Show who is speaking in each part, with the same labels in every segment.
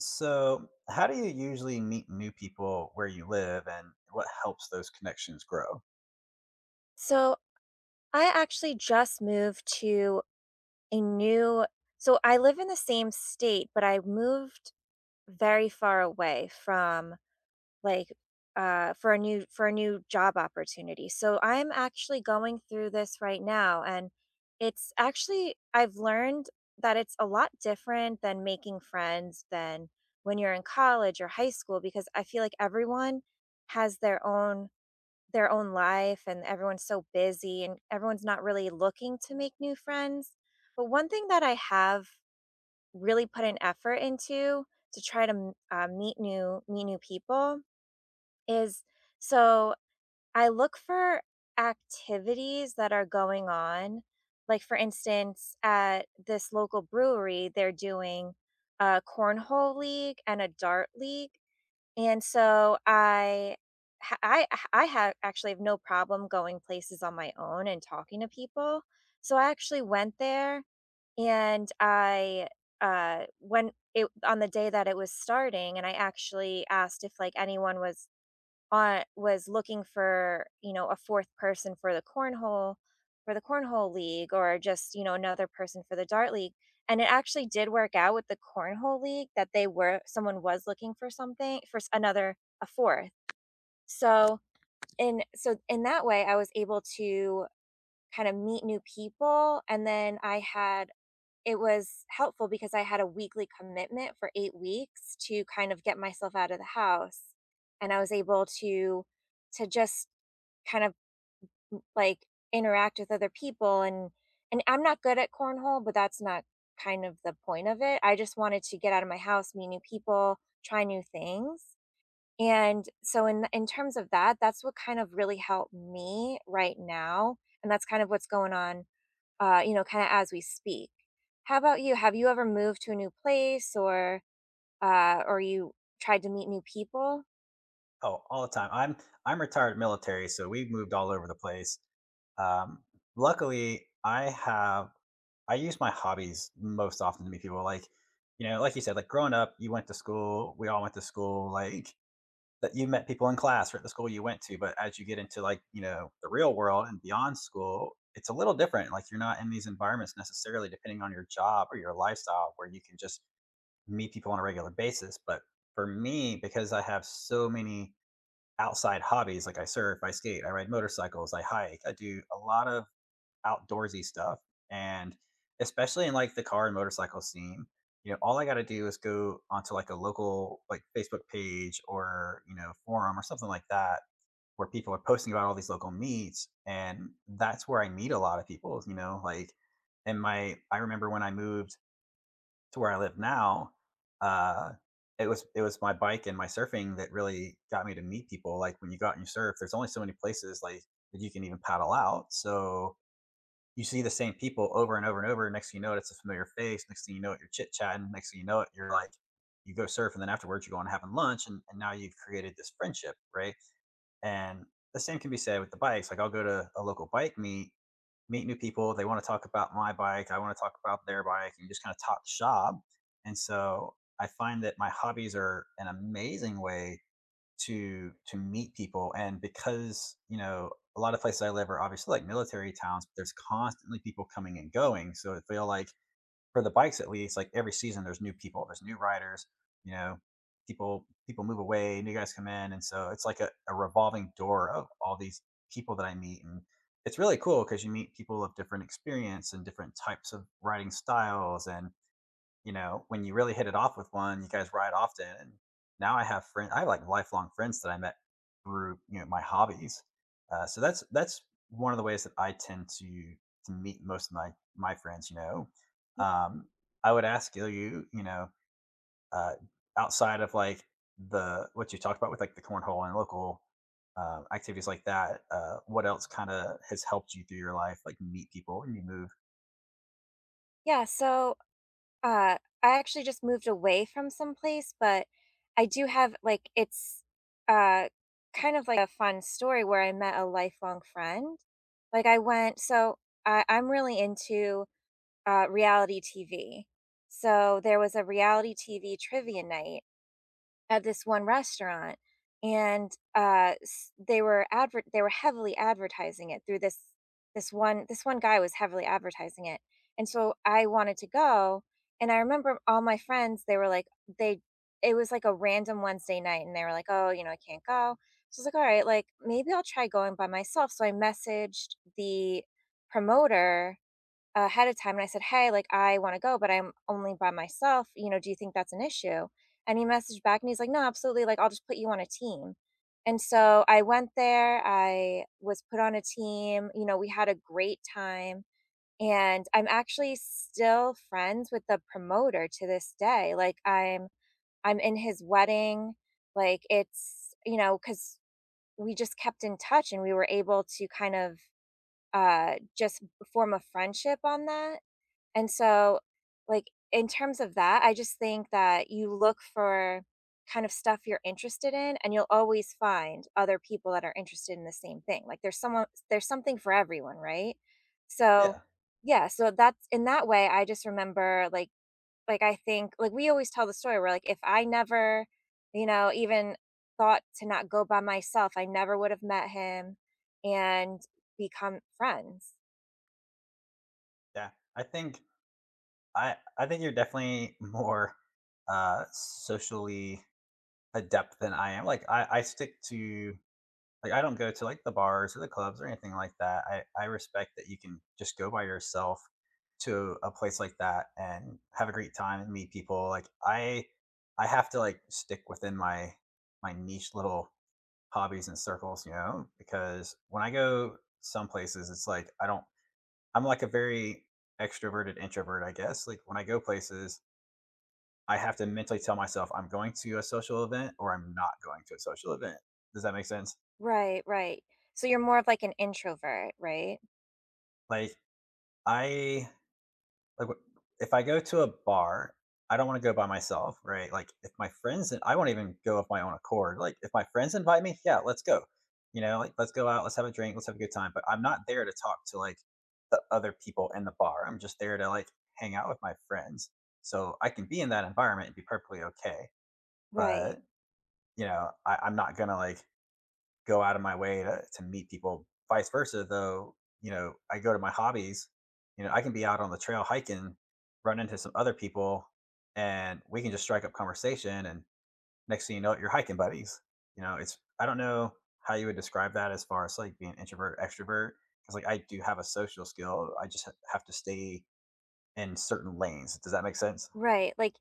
Speaker 1: So, how do you usually meet new people where you live and what helps those connections grow?
Speaker 2: So I actually just moved to a new so I live in the same state, but I moved very far away from like for a new job opportunity. So I'm actually going through this right now, and it's actually I've learned that it's a lot different than making friends than when you're in college or high school because I feel like everyone has their own life, and everyone's so busy, and everyone's not really looking to make new friends. But one thing that I have really put an effort into to try to meet new people is so I look for activities that are going on. Like, for instance, at this local brewery, they're doing a cornhole league and a dart league, and so I I have actually have no problem going places on my own and talking to people. So I actually went there, and I when it on the day that it was starting, and I actually asked if, like, anyone was looking for, you know, a fourth person for the cornhole, for the cornhole league, or just, you know, another person for the dart league. And it actually did work out with the cornhole league, that they were someone was looking for something, for s- another a fourth. So in so in that way, I was able to kind of meet new people. And then I had it was helpful because I had a weekly commitment for 8 weeks to kind of get myself out of the house, and I was able to just kind of, like, interact with other people. And I'm not good at cornhole, but that's not kind of the point of it. I just wanted to get out of my house, meet new people, try new things. And so in terms of that, that's what kind of really helped me right now, and that's kind of what's going on, you know, kind of as we speak. How about you? Have you ever moved to a new place, or you tried to meet new people?
Speaker 1: Oh, all the time. I'm retired military, so we've moved all over the place. Um, Luckily, I use my hobbies most often to meet people. Like, you know, like you said, like growing up, you went to school, we all went to school, like that you met people in class or at the school you went to, but as you get into, like, you know, the real world and beyond school, it's a little different. Like, you're not in these environments necessarily depending on your job or your lifestyle where you can just meet people on a regular basis. But for me, because I have so many outside hobbies, like I surf, I skate, I ride motorcycles, I hike, I do a lot of outdoorsy stuff. And especially in like the car and motorcycle scene, you know, all I got to do is go onto like a local like Facebook page or, you know, forum or something like that where people are posting about all these local meets and that's where I meet a lot of people, you know, like and my I remember when I moved to where I live now, uh it was my bike and my surfing that really got me to meet people. Like when you go out and you surf, there's only so many places like that you can even paddle out. So you see the same people over and over and over. Next thing you know it, it's a familiar face. Next thing you know it, you're chit chatting. Next thing you know it, you're like, you go surf, and then afterwards you go and having lunch, and, now you've created this friendship, right? And the same can be said with the bikes. Like I'll go to a local bike meet, meet new people. They want to talk about my bike. I want to talk about their bike, and you just kind of talk shop. And so I find that my hobbies are an amazing way to meet people, and because, you know, a lot of places I live are obviously like military towns, but there's constantly people coming and going, so it feel like for the bikes, at least, like every season there's new people, there's new riders, you know, people move away, new guys come in, and so it's like a revolving door of all these people that I meet. And it's really cool because you meet people of different experience and different types of riding styles. And, you know, when you really hit it off with one, you guys ride often. And now I have friends, I have like lifelong friends that I met through, you know, my hobbies. So that's one of the ways that I tend to meet most of my, my friends, you know. um, I would ask you, you know, uh, outside of like what you talked about with like the cornhole and local, activities like that, what else kind of has helped you through your life? Like meet people and you move.
Speaker 2: Yeah, so I actually just moved away from some place, but I do have, like, it's uh, kind of like a fun story where I met a lifelong friend. Like, I went, so I, I'm really into reality TV. So there was a reality TV trivia night at this one restaurant, and they were advert they were heavily advertising it through this one guy was heavily advertising it. And so I wanted to go, and I remember all my friends, they were like, they it was like a random Wednesday night, and they were like, "Oh, you know, I can't go." So I was like, "All right, like, maybe I'll try going by myself." So I messaged the promoter ahead of time, and I said, "Hey, like, I want to go, but I'm only by myself. You know, do you think that's an issue?" And he messaged back, and he's like, "No, absolutely. Like, I'll just put you on a team." And so I went there, I was put on a team, you know, we had a great time. And I'm actually still friends with the promoter to this day. Like, I'm in his wedding. Like, it's, you know, 'cuz we just kept in touch, and we were able to kind of just form a friendship on that. And so, like, in terms of that, I just think that you look for kind of stuff you're interested in, and you'll always find other people that are interested in the same thing. Like, there's something for everyone, right? So,
Speaker 1: Yeah.
Speaker 2: yeah, so that's, in that way, I just remember, like, I think, like, we always tell the story, where, like, if I never, you know, even thought to not go by myself, I never would have met him and become friends.
Speaker 1: Yeah. I think I think you're definitely more, socially adept than I am. Like, I stick to, like, I don't go to, like, the bars or the clubs or anything like that. I respect that you can just go by yourself to a place like that and have a great time and meet people. Like, I have to, like, stick within my my niche little hobbies and circles, you know, because when I go some places, it's like I don't I'm like a very extroverted introvert, I guess. Like, when I go places I have to mentally tell myself I'm going to a social event or I'm not going to a social event. Does that make sense?
Speaker 2: Right, right. So you're more of like an introvert, right?
Speaker 1: Like I if I go to a bar, I don't want to go by myself, right? Like if my friends and I won't even go of my own accord. Like if my friends invite me, yeah, let's go. You know, like let's go out, let's have a drink, let's have a good time. But I'm not there to talk to like the other people in the bar. I'm just there to like hang out with my friends. So I can be in that environment and be perfectly okay.
Speaker 2: Right.
Speaker 1: But you know, I'm not gonna like go out of my way to meet people. Vice versa, though, you know, I go to my hobbies, you know, I can be out on the trail hiking, run into some other people, and we can just strike up conversation. And next thing you know it, you're hiking buddies. You know, it's, I don't know how you would describe that as far as like being introvert, extrovert, because like I do have a social skill. I just have to stay in certain lanes. Does that make sense?
Speaker 2: Right. Like,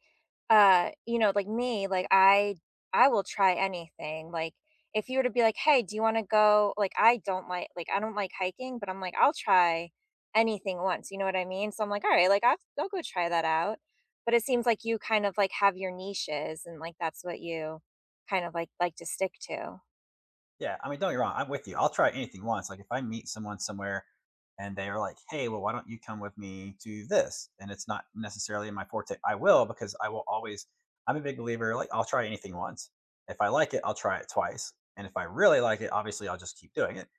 Speaker 2: you know, like me, like, I will try anything. Like, if you were to be like, "Hey, do you want to go?" Like, I don't like hiking, but I'm like, "I'll try anything once." You know what I mean? So I'm like, "All right, like, I'll go try that out." But it seems like you kind of like have your niches, and like that's what you kind of like to stick to.
Speaker 1: Yeah, I mean, don't get me wrong. I'm with you. I'll try anything once. Like if I meet someone somewhere and they are like, "Hey, well, why don't you come with me to this?" and it's not necessarily in my forte, I will because I will always. I'm a big believer. Like I'll try anything once. If I like it, I'll try it twice, and if I really like it, obviously I'll just keep doing it.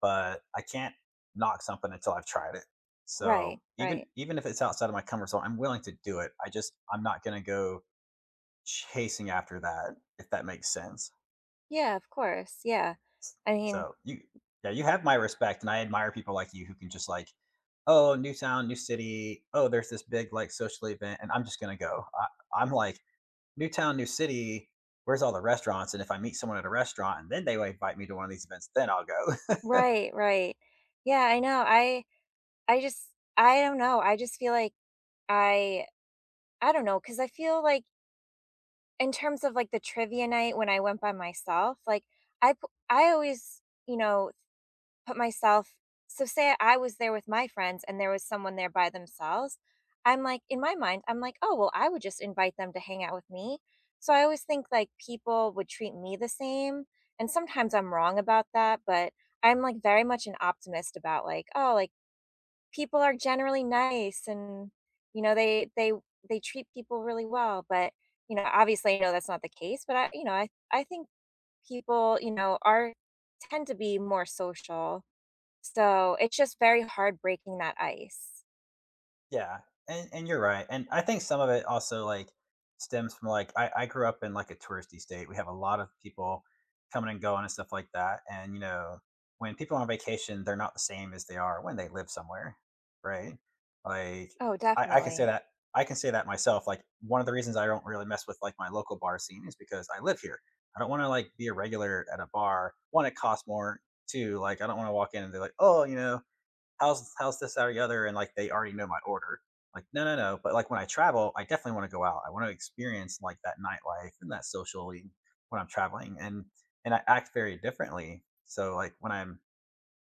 Speaker 1: But I can't knock something until I've tried it.
Speaker 2: Right,
Speaker 1: So even
Speaker 2: right.
Speaker 1: even if it's outside of my comfort zone, I'm willing to do it. I'm not gonna go chasing after that if that makes sense.
Speaker 2: Yeah, of course. Yeah. I mean,
Speaker 1: So yeah, you have my respect, and I admire people like you who can just like, oh, new town, new city. Oh, there's this big like social event, and I'm just gonna go. I'm like, new town, new city. Where's all the restaurants? And if I meet someone at a restaurant, and then they invite me to one of these events, then I'll go.
Speaker 2: right, right. Yeah, I know. I just I don't know. I just feel like I I don't know, because I feel like, in terms of like the trivia night when I went by myself, like, I always, you know, put myself, so say I was there with my friends, and there was someone there by themselves, I'm like, in my mind, I'm like, "Oh, well, I would just invite them to hang out with me." So I always think like people would treat me the same, and sometimes I'm wrong about that, but I'm like very much an optimist about, like, oh, like, people are generally nice, and you know they treat people really well. But, you know, obviously I know that's not the case, but I you know, I think people, you know, are tend to be more social, so it's just very hard breaking that ice.
Speaker 1: Yeah, and you're right, and I think some of it also, like, stems from, like I grew up in, like, a touristy state, we have a lot of people coming and going and stuff like that, and, you know, when people are on vacation, they're not the same as they are when they live somewhere, right? Like,
Speaker 2: Oh,
Speaker 1: I I can say
Speaker 2: definitely.
Speaker 1: that I can say that myself, like, one of the reasons I don't really mess with, like, my local bar scene is because I live here. I don't wanna, like, be a regular at a bar. 1, it costs more. 2, like, I don't wanna walk in and be like, "Oh," you know, how's this that, or the other, and like they already know my order. Like no, no, no. But like when I travel, I definitely want to go out. I want to experience like that nightlife and that socially when I'm traveling, and I act very differently. So like when I'm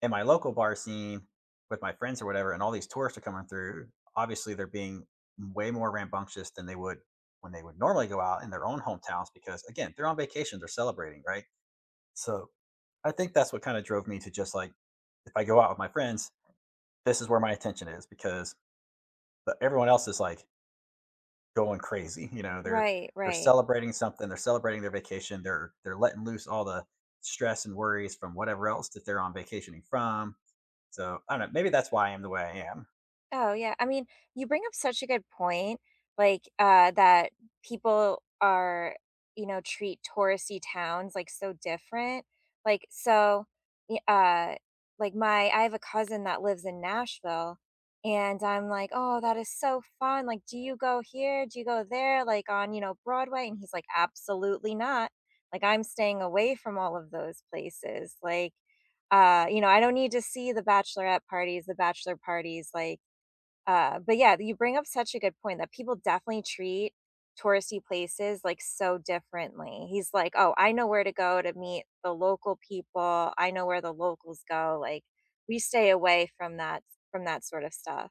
Speaker 1: in my local bar scene with my friends or whatever, and all these tourists are coming through, obviously they're being way more rambunctious than they would when they would normally go out in their own hometowns, because again they're on vacation, they're celebrating, right? So I think that's what kind of drove me to just like if I go out with my friends, this is where my attention is, because everyone else is like going crazy. You know, they're
Speaker 2: Right,
Speaker 1: they're
Speaker 2: right.
Speaker 1: celebrating something, they're celebrating their vacation, they're letting loose all the stress and worries from whatever else that they're on vacationing from. So I don't know. Maybe that's why I am the way I am.
Speaker 2: Oh, yeah. I mean, you bring up such a good point, like, that people are, you know, treat touristy towns, like, so different. Like, so, y like, my I have a cousin that lives in Nashville, and I'm like, "Oh, that is so fun. Like, do you go here? Do you go there? Like, on, you know, Broadway?" And he's like, "Absolutely not. Like, I'm staying away from all of those places." Like, you know, I don't need to see the bachelorette parties, the bachelor parties, like, but yeah, you bring up such a good point that people definitely treat touristy places like so differently. He's like, "Oh, I know where to go to meet the local people. I know where the locals go." Like, we stay away from that, sort of stuff.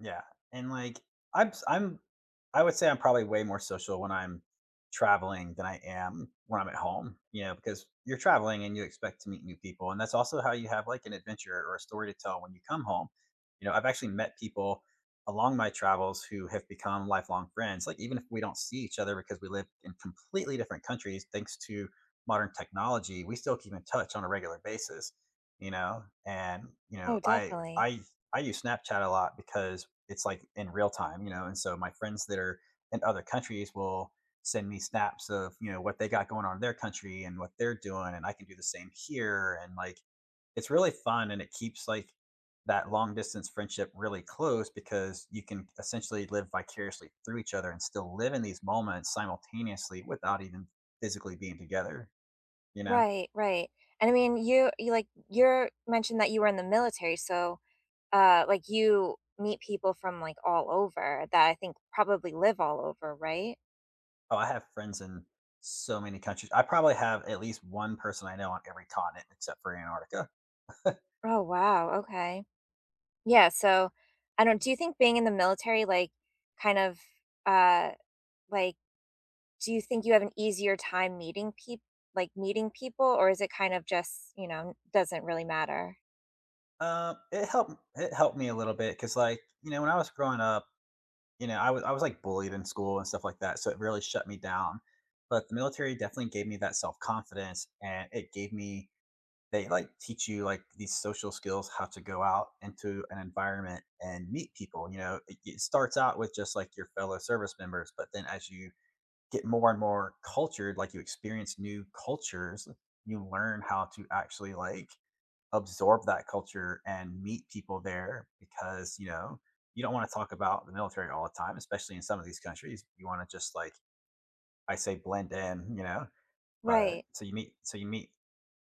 Speaker 1: Yeah, and, like, I'm I would say I'm probably way more social when I'm traveling than I am when I'm at home, you know, because you're traveling and you expect to meet new people, and that's also how you have, like, an adventure or a story to tell when you come home. You know, I've actually met people along my travels who have become lifelong friends, like, even if we don't see each other because we live in completely different countries, thanks to modern technology, we still keep in touch on a regular basis, you know, and, you know,
Speaker 2: Oh,
Speaker 1: I
Speaker 2: definitely.
Speaker 1: I I use Snapchat a lot because it's like in real time, you know, and so my friends that are in other countries will send me snaps of, you know, what they got going on in their country and what they're doing, and I can do the same here, and like it's really fun and it keeps like that long distance friendship really close, because you can essentially live vicariously through each other and still live in these moments simultaneously without even physically being together, you know?
Speaker 2: Right, right. And I mean, you like you're mentioned that you were in the military, so like you meet people from like all over, that I think probably live all over, right?
Speaker 1: Oh, I have friends in so many countries. I probably have at least one person I know on every continent except for Antarctica.
Speaker 2: Oh, wow. Okay. Yeah, so I don't do you think being in the military, like, kind of, uh, like, do you think you have an easier time meeting peop like, meeting people, or is it kind of just, you know, doesn't really matter?
Speaker 1: It helped. It helped me a little bit because, like, you know, when I was growing up, you know, I was like bullied in school and stuff like that, so it really shut me down. But the military definitely gave me that self confidence, and it gave me they like teach you like these social skills, how to go out into an environment and meet people. You know, it starts out with just like your fellow service members, but then as you get more and more cultured, like you experience new cultures, you learn how to actually like absorb that culture and meet people there, because, you know, you don't want to talk about the military all the time, especially in some of these countries. You want to just like I say blend in, you know. But
Speaker 2: Right.
Speaker 1: so you meet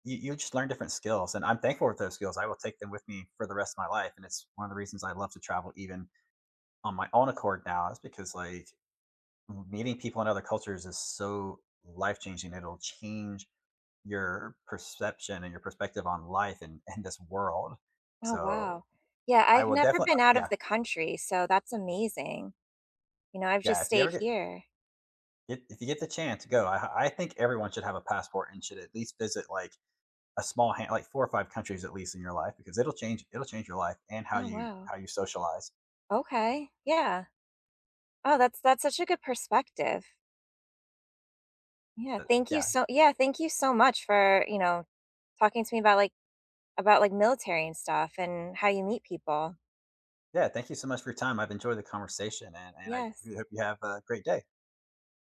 Speaker 1: you just learn different skills, and I'm thankful for those skills. I will take them with me for the rest of my life, and it's one of the reasons I love to travel even on my own accord now, is because like meeting people in other cultures is so life changing. It'll change your perception and your perspective on life and this world.
Speaker 2: Oh,
Speaker 1: So
Speaker 2: wow. Yeah,
Speaker 1: I
Speaker 2: I've
Speaker 1: will
Speaker 2: never
Speaker 1: definitely,
Speaker 2: been out
Speaker 1: yeah,
Speaker 2: of the country, so that's amazing. You know, I've
Speaker 1: yeah.
Speaker 2: just
Speaker 1: If you ever
Speaker 2: stayed here.
Speaker 1: get if you get the chance, go. I think everyone should have a passport and should at least visit like a small hand, like 4 or 5 countries at least in your life because it'll change your life and how
Speaker 2: Oh,
Speaker 1: you
Speaker 2: wow.
Speaker 1: socialize.
Speaker 2: Okay, yeah. Oh, that's such a good perspective. Yeah,
Speaker 1: But
Speaker 2: thank you
Speaker 1: yeah,
Speaker 2: so yeah, thank you so much for, you know, talking to me about, like, about, like, military and stuff and how you meet people.
Speaker 1: yeah. Thank you so much for your time. I've enjoyed the conversation, and I
Speaker 2: Yes.
Speaker 1: really hope you have a great day.